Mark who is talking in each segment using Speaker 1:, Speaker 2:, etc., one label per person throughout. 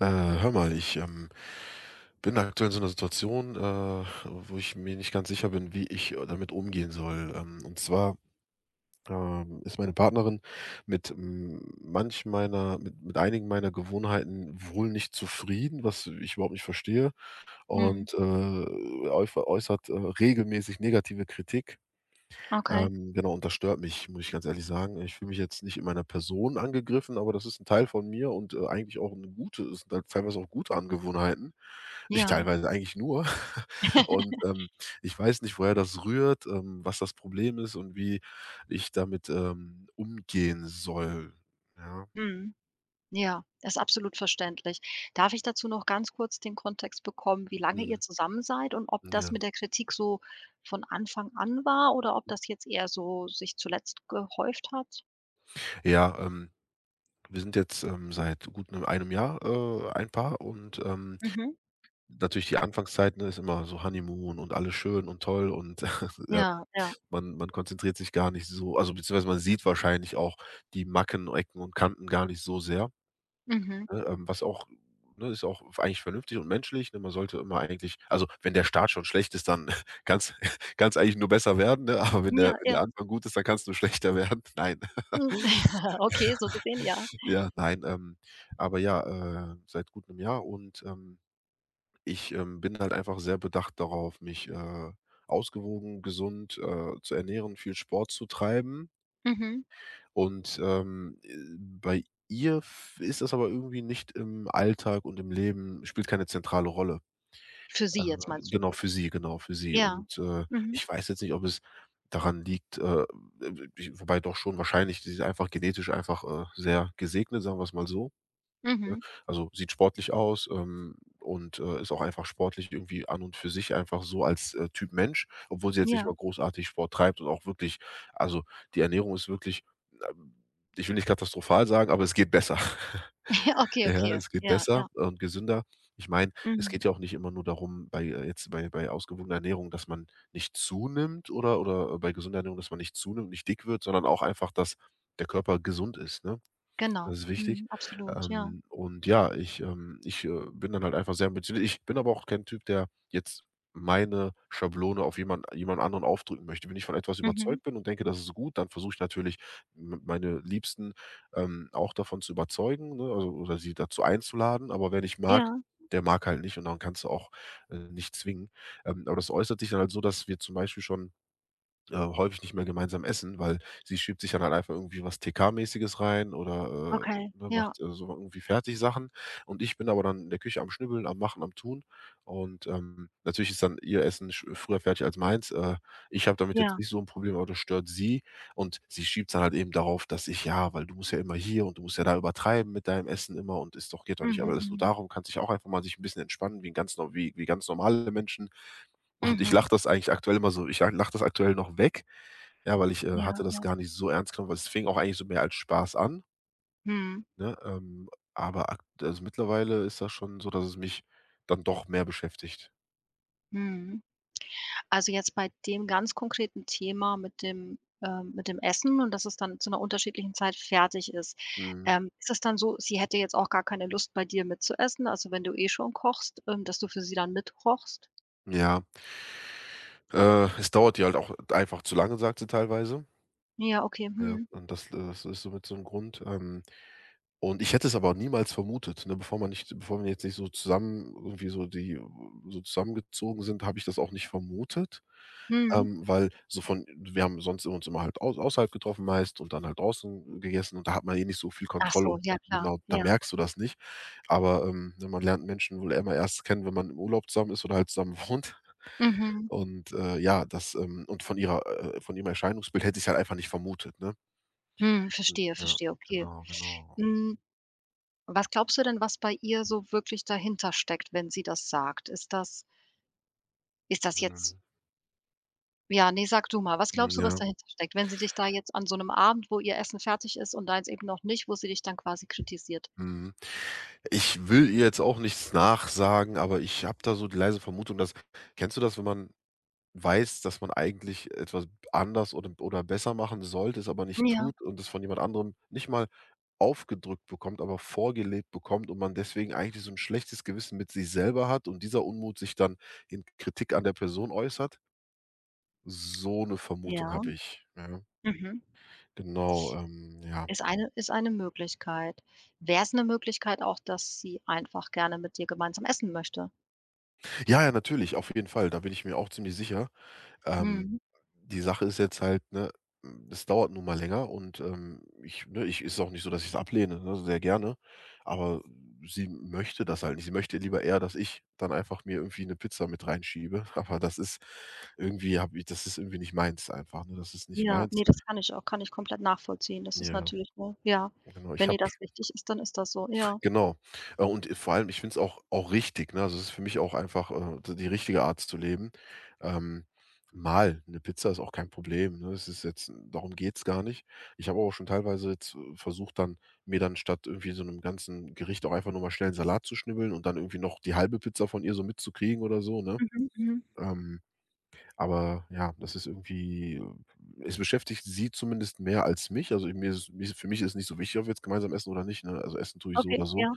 Speaker 1: Hör mal, ich bin aktuell in so einer Situation, wo ich mir nicht ganz sicher bin, wie ich damit umgehen soll. Und zwar ist meine Partnerin mit mit einigen meiner Gewohnheiten wohl nicht zufrieden, was ich überhaupt nicht verstehe,
Speaker 2: Mhm,
Speaker 1: und äußert regelmäßig negative Kritik.
Speaker 2: okay,
Speaker 1: Genau, und das stört mich, muss ich ganz ehrlich sagen. Ich fühle mich jetzt nicht in meiner Person angegriffen, aber das ist ein Teil von mir und, eigentlich auch eine gute es sind halt teilweise auch gute Angewohnheiten. Nicht
Speaker 2: ja.
Speaker 1: teilweise, eigentlich nur. Und, ähm, Ich weiß nicht, woher das rührt, was das Problem ist und wie ich damit, umgehen soll. Ja.
Speaker 2: Mhm, ja, ist absolut verständlich. Darf ich dazu noch ganz kurz den Kontext bekommen, wie lange
Speaker 1: Mhm.
Speaker 2: ihr zusammen seid und ob das
Speaker 1: Ja.
Speaker 2: mit der Kritik so von Anfang an war oder ob das jetzt eher so sich zuletzt gehäuft hat?
Speaker 1: Ja, wir sind jetzt, seit gut 'nem einem Jahr, ein Paar.
Speaker 2: Mhm.
Speaker 1: Natürlich die Anfangszeit, ne, ist immer so Honeymoon und alles schön und toll und ja,
Speaker 2: Ja, ja.
Speaker 1: man konzentriert sich gar nicht so, beziehungsweise man sieht wahrscheinlich auch die Macken, Ecken und Kanten gar nicht so sehr,
Speaker 2: Mhm.
Speaker 1: ne, was auch ne, ist auch eigentlich vernünftig und menschlich, ne? Man sollte immer, eigentlich, also, wenn der Start schon schlecht ist, dann kann's kann's eigentlich nur besser werden, ne? Aber
Speaker 2: Ja,
Speaker 1: wenn
Speaker 2: ja.
Speaker 1: der Anfang gut ist, dann kann's nur schlechter werden. Nein.
Speaker 2: Hm. Okay, so gesehen, ja.
Speaker 1: Ja, nein, Aber ja, seit gut 'nem Jahr. Ich bin halt einfach sehr bedacht darauf, mich, ausgewogen, gesund, zu ernähren, viel Sport zu treiben.
Speaker 2: Mhm.
Speaker 1: Und bei ihr f ist das aber irgendwie nicht im Alltag, und im Leben spielt keine zentrale Rolle.
Speaker 2: Für
Speaker 1: Äh,
Speaker 2: sie jetzt meinst du?
Speaker 1: genau, für sie, genau, für sie.
Speaker 2: Ja.
Speaker 1: Und,
Speaker 2: Mhm,
Speaker 1: ich weiß jetzt nicht, ob es daran liegt, wobei doch, schon wahrscheinlich, sie ist einfach genetisch einfach, sehr gesegnet, sagen wir's mal so, ne?
Speaker 2: mhm.
Speaker 1: Also, sieht sportlich aus, und, ist auch einfach sportlich, irgendwie an und für sich einfach so als, Typ Mensch, obwohl sie jetzt nicht
Speaker 2: Ja.
Speaker 1: mal großartig Sport treibt und auch wirklich, also, die Ernährung ist wirklich, ähm ich will nicht katastrophal sagen, aber es geht besser.
Speaker 2: Okay,
Speaker 1: Ja,
Speaker 2: okay.
Speaker 1: es geht
Speaker 2: Ja,
Speaker 1: besser
Speaker 2: ja.
Speaker 1: und gesünder. Ich meine, es
Speaker 2: Mhm.
Speaker 1: geht ja auch nicht immer nur darum, bei, jetzt bei bei ausgewogener Ernährung, dass man nicht zunimmt, oder bei gesunder Ernährung, dass man nicht zunimmt, nicht dick wird, sondern auch einfach, dass der Körper gesund ist, ne? Das
Speaker 2: Genau.
Speaker 1: ist wichtig.
Speaker 2: Mhm, absolut, ja.
Speaker 1: Und ja, ich bin dann halt einfach sehr ambitioniert. Ich bin aber auch kein Typ, der jetzt meine Schablone auf jemand anderen aufdrücken möchte. Wenn ich von etwas
Speaker 2: Mhm.
Speaker 1: überzeugt bin und denke, das ist gut, dann versuche ich natürlich, m meine Liebsten, auch davon zu überzeugen, ne, also, oder sie dazu einzuladen. Aber wer nicht mag,
Speaker 2: Ja.
Speaker 1: der mag halt nicht, und dann kannst du auch, nicht zwingen. Aber das äußert sich dann halt so, dass wir zum Beispiel schon häufig nicht mehr gemeinsam essen, weil sie schiebt sich ja dann halt einfach irgendwie was TK-mäßiges rein, oder,
Speaker 2: Okay,
Speaker 1: ne,
Speaker 2: ja,
Speaker 1: macht, so irgendwie Fertigsachen, und ich bin aber dann in der Küche am Schnibbeln, am Machen, am Tun, und, natürlich ist dann ihr Essen sch früher fertig als meins. Ich habe damit jetzt
Speaker 2: ja.
Speaker 1: nicht so ein Problem, aber das stört sie, und sie schiebt dann halt eben darauf, dass ich: „Ja, weil du musst ja immer hier und du musst ja da übertreiben mit deinem Essen immer, und ist doch geht doch nicht.
Speaker 2: Mhm,
Speaker 1: Aber alles nur
Speaker 2: mhm.
Speaker 1: darum, kannst dich auch einfach mal, sich ein bisschen entspannen wie 'n ganz nor wie wie ganz normale Menschen.“ Und
Speaker 2: Mhm.
Speaker 1: ich lache das aktuell noch weg, ja, weil ich, hatte
Speaker 2: Ja,
Speaker 1: das
Speaker 2: ja.
Speaker 1: gar nicht so ernst genommen, weil es fing auch eigentlich so mehr als Spaß an,
Speaker 2: Mhm,
Speaker 1: ne? Aber ak Also, mittlerweile ist das schon so, dass es mich dann doch mehr beschäftigt.
Speaker 2: mhm. Also, jetzt bei dem ganz konkreten Thema mit dem Essen, und dass es dann zu einer unterschiedlichen Zeit fertig ist.
Speaker 1: Mhm.
Speaker 2: Ist es dann so, sie hätte jetzt auch gar keine Lust, bei dir mitzuessen, also, wenn du eh schon kochst, dass du für sie dann mitkochst?
Speaker 1: Ja, es dauert dir halt auch einfach zu lange, sagt sie teilweise.
Speaker 2: Ja, okay.
Speaker 1: Ja,
Speaker 2: Mhm,
Speaker 1: und das, das ist somit so 'n Grund. Und ich hätte es aber niemals vermutet, ne? Bevor wir jetzt nicht so zusammen, irgendwie, so zusammengezogen sind, habe ich das auch nicht vermutet,
Speaker 2: mhm.
Speaker 1: weil, so von wir haben sonst uns immer halt au außerhalb getroffen meist, und dann halt draußen gegessen, und da hat man eh nicht so viel
Speaker 2: Ach
Speaker 1: Kontrolle,
Speaker 2: so,
Speaker 1: und
Speaker 2: ja, klar.
Speaker 1: genau, da
Speaker 2: Ja.
Speaker 1: merkst du das nicht. Aber, ne, man lernt Menschen wohl immer erst kennen, wenn man im Urlaub zusammen ist oder halt zusammen wohnt.
Speaker 2: Mhm.
Speaker 1: Und, ja, das, von ihrem Erscheinungsbild hätte ich halt einfach nicht vermutet, ne?
Speaker 2: Mhm,
Speaker 1: Hm,
Speaker 2: verstehe,
Speaker 1: ja,
Speaker 2: verstehe, okay.
Speaker 1: genau, genau.
Speaker 2: Hm, was glaubst du denn, was bei ihr so wirklich dahinter steckt, wenn sie das sagt? Ist das jetzt
Speaker 1: Mhm.
Speaker 2: ja, ne, sag du mal, was
Speaker 1: Mhm,
Speaker 2: glaubst du, was
Speaker 1: ja.
Speaker 2: dahinter steckt, wenn sie dich da jetzt an so 'nem Abend, wo ihr Essen fertig ist und deins eben noch nicht, wo sie dich dann quasi kritisiert?
Speaker 1: Mhm. Ich will ihr jetzt auch nichts nachsagen, aber ich habe da so die leise Vermutung, dass, kennst du das, wenn man weiß, dass man eigentlich etwas anders oder besser machen sollte, es aber nicht
Speaker 2: Ja,
Speaker 1: tut, und es von jemand anderem nicht mal aufgedrückt bekommt, aber vorgelebt bekommt, und man deswegen eigentlich so ein schlechtes Gewissen mit sich selber hat, und dieser Unmut sich dann in Kritik an der Person äußert? So eine Vermutung
Speaker 2: ja,
Speaker 1: habe ich, ja.
Speaker 2: mhm.
Speaker 1: Genau, ja.
Speaker 2: Ist eine Möglichkeit. Wär's 'ne Möglichkeit auch, dass sie einfach gerne mit dir gemeinsam essen möchte?
Speaker 1: Ja, ja, natürlich, auf jeden Fall, da bin ich mir auch ziemlich sicher. Ähm,
Speaker 2: Mhm.
Speaker 1: Die Sache ist jetzt halt, ne, es dauert nun mal länger, und, ich ne, ich, ist auch nicht so, dass ich es ablehne, ne, sehr gerne, aber sie möchte das halt nicht. Sie möchte lieber eher, dass ich dann einfach mir irgendwie eine Pizza mit reinschiebe, aber das ist, irgendwie habe ich das ist irgendwie nicht meins einfach, ne? Das ist nicht
Speaker 2: Ja,
Speaker 1: meins.
Speaker 2: ne, das kann ich komplett nachvollziehen. Das ist
Speaker 1: Ja,
Speaker 2: natürlich, ne, ja.
Speaker 1: genau. Ich
Speaker 2: Wenn dir
Speaker 1: habe
Speaker 2: das wichtig ist, dann ist das so, ja.
Speaker 1: Genau. Vor allem, ich finde es auch auch richtig, ne? Also, es ist für mich auch einfach, d die richtige Art zu leben. Ähm, Mal eine Pizza ist auch kein Problem, ne? Es ist jetzt Darum geht's gar nicht. Ich habe auch schon teilweise jetzt versucht, dann mir dann statt irgendwie so einem ganzen Gericht, auch einfach nur mal schnell 'n Salat zu schnibbeln, und dann irgendwie noch die halbe Pizza von ihr so mitzukriegen oder so, ne?
Speaker 2: Mhm, mhm.
Speaker 1: Ähm aber ja, das ist irgendwie, es beschäftigt sie zumindest mehr als mich. Also, mir ist es, für mich ist nicht so wichtig, ob wir jetzt gemeinsam essen oder nicht, ne? Also, essen tue ich so
Speaker 2: Okay,
Speaker 1: oder so.
Speaker 2: ja.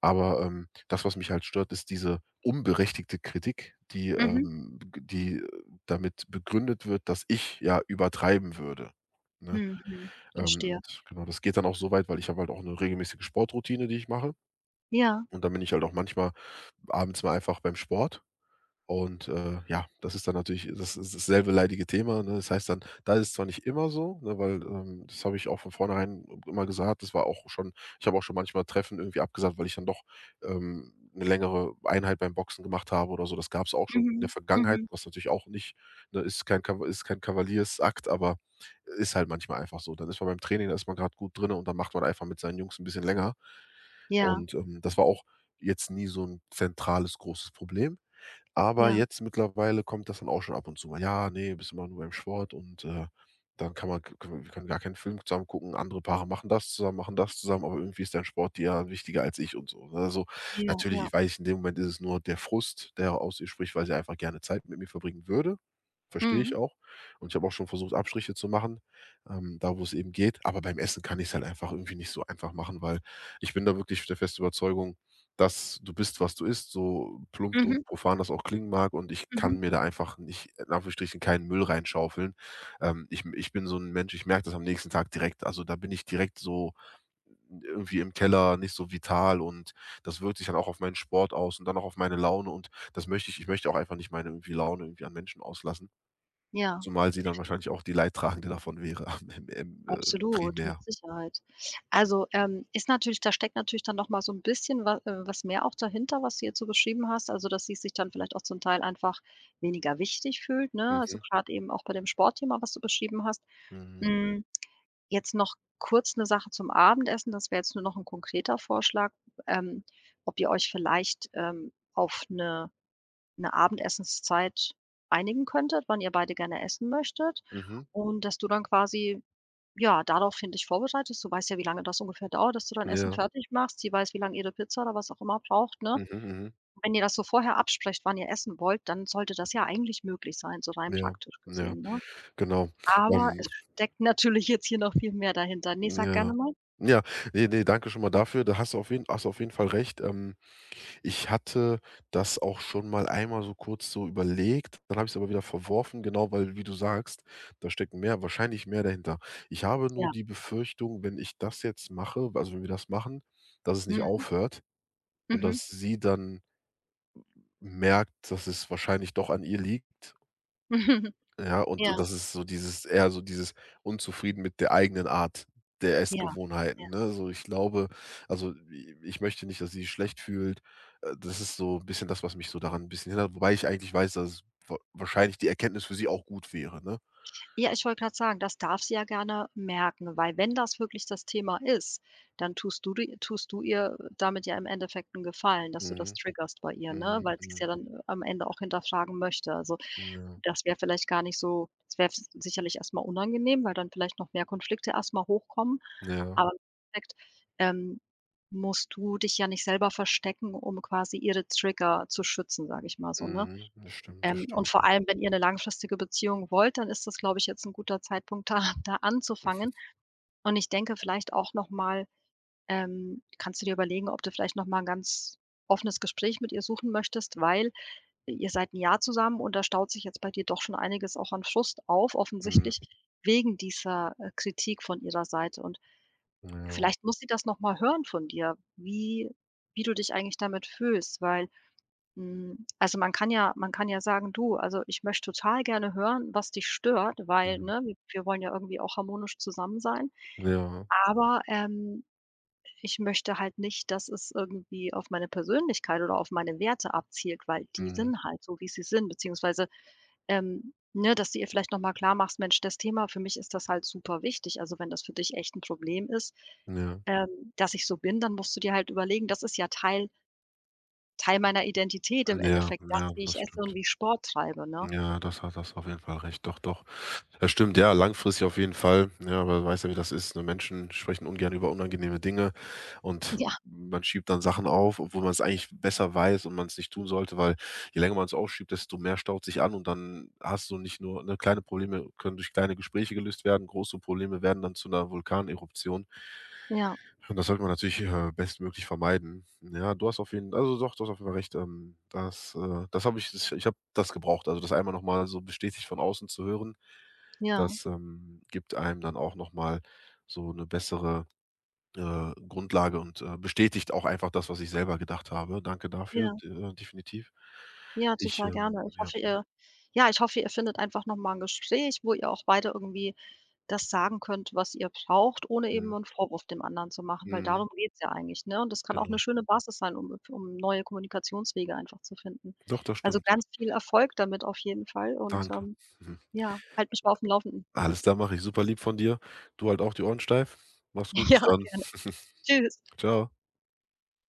Speaker 1: Aber, das, was mich halt stört, ist diese unberechtigte Kritik,
Speaker 2: Mhm.
Speaker 1: die damit begründet wird, dass ich ja übertreiben würde, ne?
Speaker 2: Mhm. Verstehe.
Speaker 1: Und genau, das geht dann auch so weit, weil ich habe halt auch eine regelmäßige Sportroutine, die ich mache.
Speaker 2: Ja.
Speaker 1: Und dann bin ich halt auch manchmal abends mal einfach beim Sport, und, ja, das ist dann natürlich dasselbe leidige Thema, ne? Das heißt dann, da ist es zwar nicht immer so, ne, weil, das habe ich auch von vornherein immer gesagt. Das war auch schon Ich habe auch schon manchmal Treffen irgendwie abgesagt, weil ich dann doch, 'ne längere Einheit beim Boxen gemacht habe oder so. Das gab es auch schon in der
Speaker 2: Mhm.
Speaker 1: Vergangenheit,
Speaker 2: Mhm.
Speaker 1: was natürlich auch nicht, ne, ist, kein Kav ist kein Kavaliersakt, aber ist halt manchmal einfach so. Dann ist man beim Training, da ist man grad gut drinnen, und dann macht man einfach mit seinen Jungs ein bisschen länger.
Speaker 2: Ja,
Speaker 1: Und, das war auch jetzt nie so ein zentrales, großes Problem. Aber
Speaker 2: ja.
Speaker 1: jetzt mittlerweile kommt das dann auch schon ab und zu mal: „Ja, nee, bist immer nur beim Sport und, dann kann man können wir können gar keinen Film zusammen gucken. Andere Paare machen das zusammen, aber irgendwie ist dein Sport dir ja wichtiger als ich“ und so, ne? Also,
Speaker 2: Ja,
Speaker 1: natürlich,
Speaker 2: ja.
Speaker 1: ich weiß, in dem Moment ist es nur der Frust, der aus ihr spricht, weil sie einfach gerne Zeit mit mir verbringen würde. Verstehe
Speaker 2: Mhm.
Speaker 1: ich auch. Und ich habe auch schon versucht, Abstriche zu machen, da wo es eben geht. Aber beim Essen kann ich es halt einfach irgendwie nicht so einfach machen, weil ich bin da wirklich der festen Überzeugung, dass du bist, was du isst, so plump und
Speaker 2: Mhm.
Speaker 1: profan das auch klingen mag. Und ich
Speaker 2: Mhm.
Speaker 1: kann mir da einfach nicht, in Anführungsstrichen, keinen Müll reinschaufeln. Ich bin so ein Mensch, ich merke das am nächsten Tag direkt. Also, da bin ich direkt so irgendwie im Keller, nicht so vital, und das wirkt sich dann auch auf meinen Sport aus und dann auch auf meine Laune, und das möchte ich ich möchte auch einfach nicht meine, irgendwie, Laune irgendwie an Menschen auslassen.
Speaker 2: Ja,
Speaker 1: Zumal sie dann wahrscheinlich auch die Leidtragende davon wäre im,
Speaker 2: absolut,
Speaker 1: primär.
Speaker 2: mit Sicherheit. Also, ist natürlich, da steckt natürlich dann noch mal so ein bisschen wa was mehr auch dahinter, was du jetzt so beschrieben hast. Also, dass sie sich dann vielleicht auch zum Teil einfach weniger wichtig fühlt, ne? Also,
Speaker 1: Mhm,
Speaker 2: gerade eben auch bei dem Sportthema, was du beschrieben hast.
Speaker 1: mhm,
Speaker 2: Hm, jetzt noch kurz eine Sache zum Abendessen. Das wäre jetzt nur noch ein konkreter Vorschlag, ähm, ob ihr euch vielleicht, auf eine Abendessenszeit einigen könntet, wann ihr beide gerne essen möchtet,
Speaker 1: mhm,
Speaker 2: und dass du dann quasi, ja, daraufhin dich vorbereitest. Du weißt ja, wie lange das ungefähr dauert, dass du dein Essen
Speaker 1: ja,
Speaker 2: fertig machst. Sie weiß, wie lang ihre Pizza oder was auch immer braucht, ne?
Speaker 1: mhm,
Speaker 2: Wenn ihr das so vorher absprecht, wann ihr essen wollt, dann sollte das ja eigentlich möglich sein, so rein
Speaker 1: mhm, ja,
Speaker 2: praktisch
Speaker 1: ja,
Speaker 2: gesehen, ne?
Speaker 1: genau.
Speaker 2: Aber
Speaker 1: Ähm,
Speaker 2: es steckt natürlich jetzt hier noch viel mehr dahinter. Nee, sag
Speaker 1: ja.
Speaker 2: gerne mal.
Speaker 1: Ja, nee, danke schon mal dafür. Da hast du auf jeden hast du auf jeden Fall recht. Ich hatte das auch schon mal einmal so kurz so überlegt, dann habe ich es aber wieder verworfen, genau, weil, wie du sagst, da steckt mehr, wahrscheinlich mehr dahinter. Ich habe nur
Speaker 2: Ja.
Speaker 1: die Befürchtung, wenn ich das jetzt mache, also, wenn wir das machen, dass es nicht
Speaker 2: Mhm.
Speaker 1: aufhört. Und
Speaker 2: Mhm.
Speaker 1: dass sie dann merkt, dass es wahrscheinlich doch an ihr liegt, ja, und
Speaker 2: Ja.
Speaker 1: das ist so dieses, eher so dieses unzufrieden mit der eigenen Art der
Speaker 2: Ja. Ja.
Speaker 1: Essgewohnheiten, ne? So, ich glaube, also, i ich möchte nicht, dass sie sich schlecht fühlt. Das ist so ein bisschen das, was mich so daran ein bisschen hindert, wobei ich eigentlich weiß, dass es wa wahrscheinlich die Erkenntnis für sie auch gut wäre, ne?
Speaker 2: Ja, ich wollte gerade sagen, das darf sie ja gerne merken, weil wenn das wirklich das Thema ist, dann tust du ihr damit ja im Endeffekt einen Gefallen, dass du das
Speaker 1: Mhm,
Speaker 2: triggerst bei ihr, ne,
Speaker 1: mhm,
Speaker 2: weil sie es ja
Speaker 1: mhm,
Speaker 2: dann am Ende auch hinterfragen möchte. Also,
Speaker 1: ja,
Speaker 2: das wäre vielleicht gar nicht so das wäre sicherlich erstmal unangenehm, weil dann vielleicht noch mehr Konflikte erstmal hochkommen,
Speaker 1: ja,
Speaker 2: aber im Endeffekt, ähm, musst du dich ja nicht selber verstecken, um quasi ihre Trigger zu schützen, sage ich mal so, ne?
Speaker 1: mhm, das stimmt, das
Speaker 2: Und
Speaker 1: stimmt.
Speaker 2: vor allem, wenn ihr 'ne langfristige Beziehung wollt, dann ist das, glaube ich, jetzt 'n guter Zeitpunkt, da anzufangen. Und ich denke vielleicht auch noch mal kannst du dir überlegen, ob du vielleicht noch mal 'n ganz offenes Gespräch mit ihr suchen möchtest, weil ihr seid 'n Jahr zusammen und da staut sich jetzt bei dir doch schon einiges auch an Frust auf,
Speaker 1: Mhm,
Speaker 2: offensichtlich wegen dieser, Kritik von ihrer Seite. Und
Speaker 1: ja,
Speaker 2: vielleicht muss sie das noch mal hören von dir, wie du dich eigentlich damit fühlst, weil hm, also, man kann ja sagen: „Du, also, ich möchte total gerne hören, was dich stört, weil,
Speaker 1: mhm,
Speaker 2: ne, wir wollen ja irgendwie auch harmonisch zusammen sein.
Speaker 1: ja,
Speaker 2: Aber, ich möchte halt nicht, dass es irgendwie auf meine Persönlichkeit oder auf meine Werte abzielt, weil die
Speaker 1: mhm,
Speaker 2: sind halt so, wie sie sind.“ Beziehungsweise, ne, dass du ihr vielleicht noch mal klarmachst: „Mensch, das Thema, für mich ist das halt super wichtig. Also, wenn das für dich echt 'n Problem ist,
Speaker 1: ja.
Speaker 2: dass ich so bin, dann musst du dir halt überlegen, das ist ja Teil meiner Identität im
Speaker 1: Ja,
Speaker 2: Endeffekt,
Speaker 1: ja,
Speaker 2: das, wie ich
Speaker 1: das
Speaker 2: esse
Speaker 1: stimmt.
Speaker 2: und wie ich Sport treibe, ne?
Speaker 1: Ja, das hat das auf jeden Fall recht. Doch, doch. Das stimmt, ja, langfristig auf jeden Fall. Ja, aber weiß ja, wie das ist. Ne? Menschen sprechen ungern über unangenehme Dinge, und
Speaker 2: Ja,
Speaker 1: man schiebt dann Sachen auf, obwohl man es eigentlich besser weiß und man es nicht tun sollte, weil je länger man es aufschiebt, desto mehr staut sich an, und dann hast du nicht nur, ne, kleine Probleme können durch kleine Gespräche gelöst werden, große Probleme werden dann zu einer Vulkaneruption.
Speaker 2: ja,
Speaker 1: Und das sollte man natürlich, bestmöglich vermeiden. Ja, du hast auf jeden Fall, also doch, du hast auf jeden Fall recht. Das habe ich, das ich habe das gebraucht. Also, das einmal noch mal so bestätigt von außen zu hören,
Speaker 2: ja,
Speaker 1: das, gibt einem dann auch noch mal so eine bessere, Grundlage, und, bestätigt auch einfach das, was ich selber gedacht habe. Danke dafür,
Speaker 2: ja,
Speaker 1: definitiv.
Speaker 2: ja, total gerne. Ich
Speaker 1: Ja,
Speaker 2: hoffe, ihr ja, ich hoffe, ihr findet einfach noch mal 'n Gespräch, wo ihr auch beide irgendwie das sagen könnt, was ihr braucht, ohne eben
Speaker 1: mhm,
Speaker 2: 'n Vorwurf dem anderen zu machen, weil
Speaker 1: mhm,
Speaker 2: darum geht's ja eigentlich, ne? Und das kann auch 'ne
Speaker 1: genau.
Speaker 2: schöne Basis sein, um neue Kommunikationswege einfach zu finden.
Speaker 1: Doch, das
Speaker 2: Also,
Speaker 1: stimmt.
Speaker 2: ganz viel Erfolg damit auf jeden Fall und,
Speaker 1: Danke. Mhm.
Speaker 2: ja, halt mich mal aufm Laufenden.
Speaker 1: Alles, da mache ich. Super lieb von dir. Du halt auch die Ohren steif. Mach's gut, bis
Speaker 2: Ja,
Speaker 1: dann.
Speaker 2: tschüss.
Speaker 1: Ciao.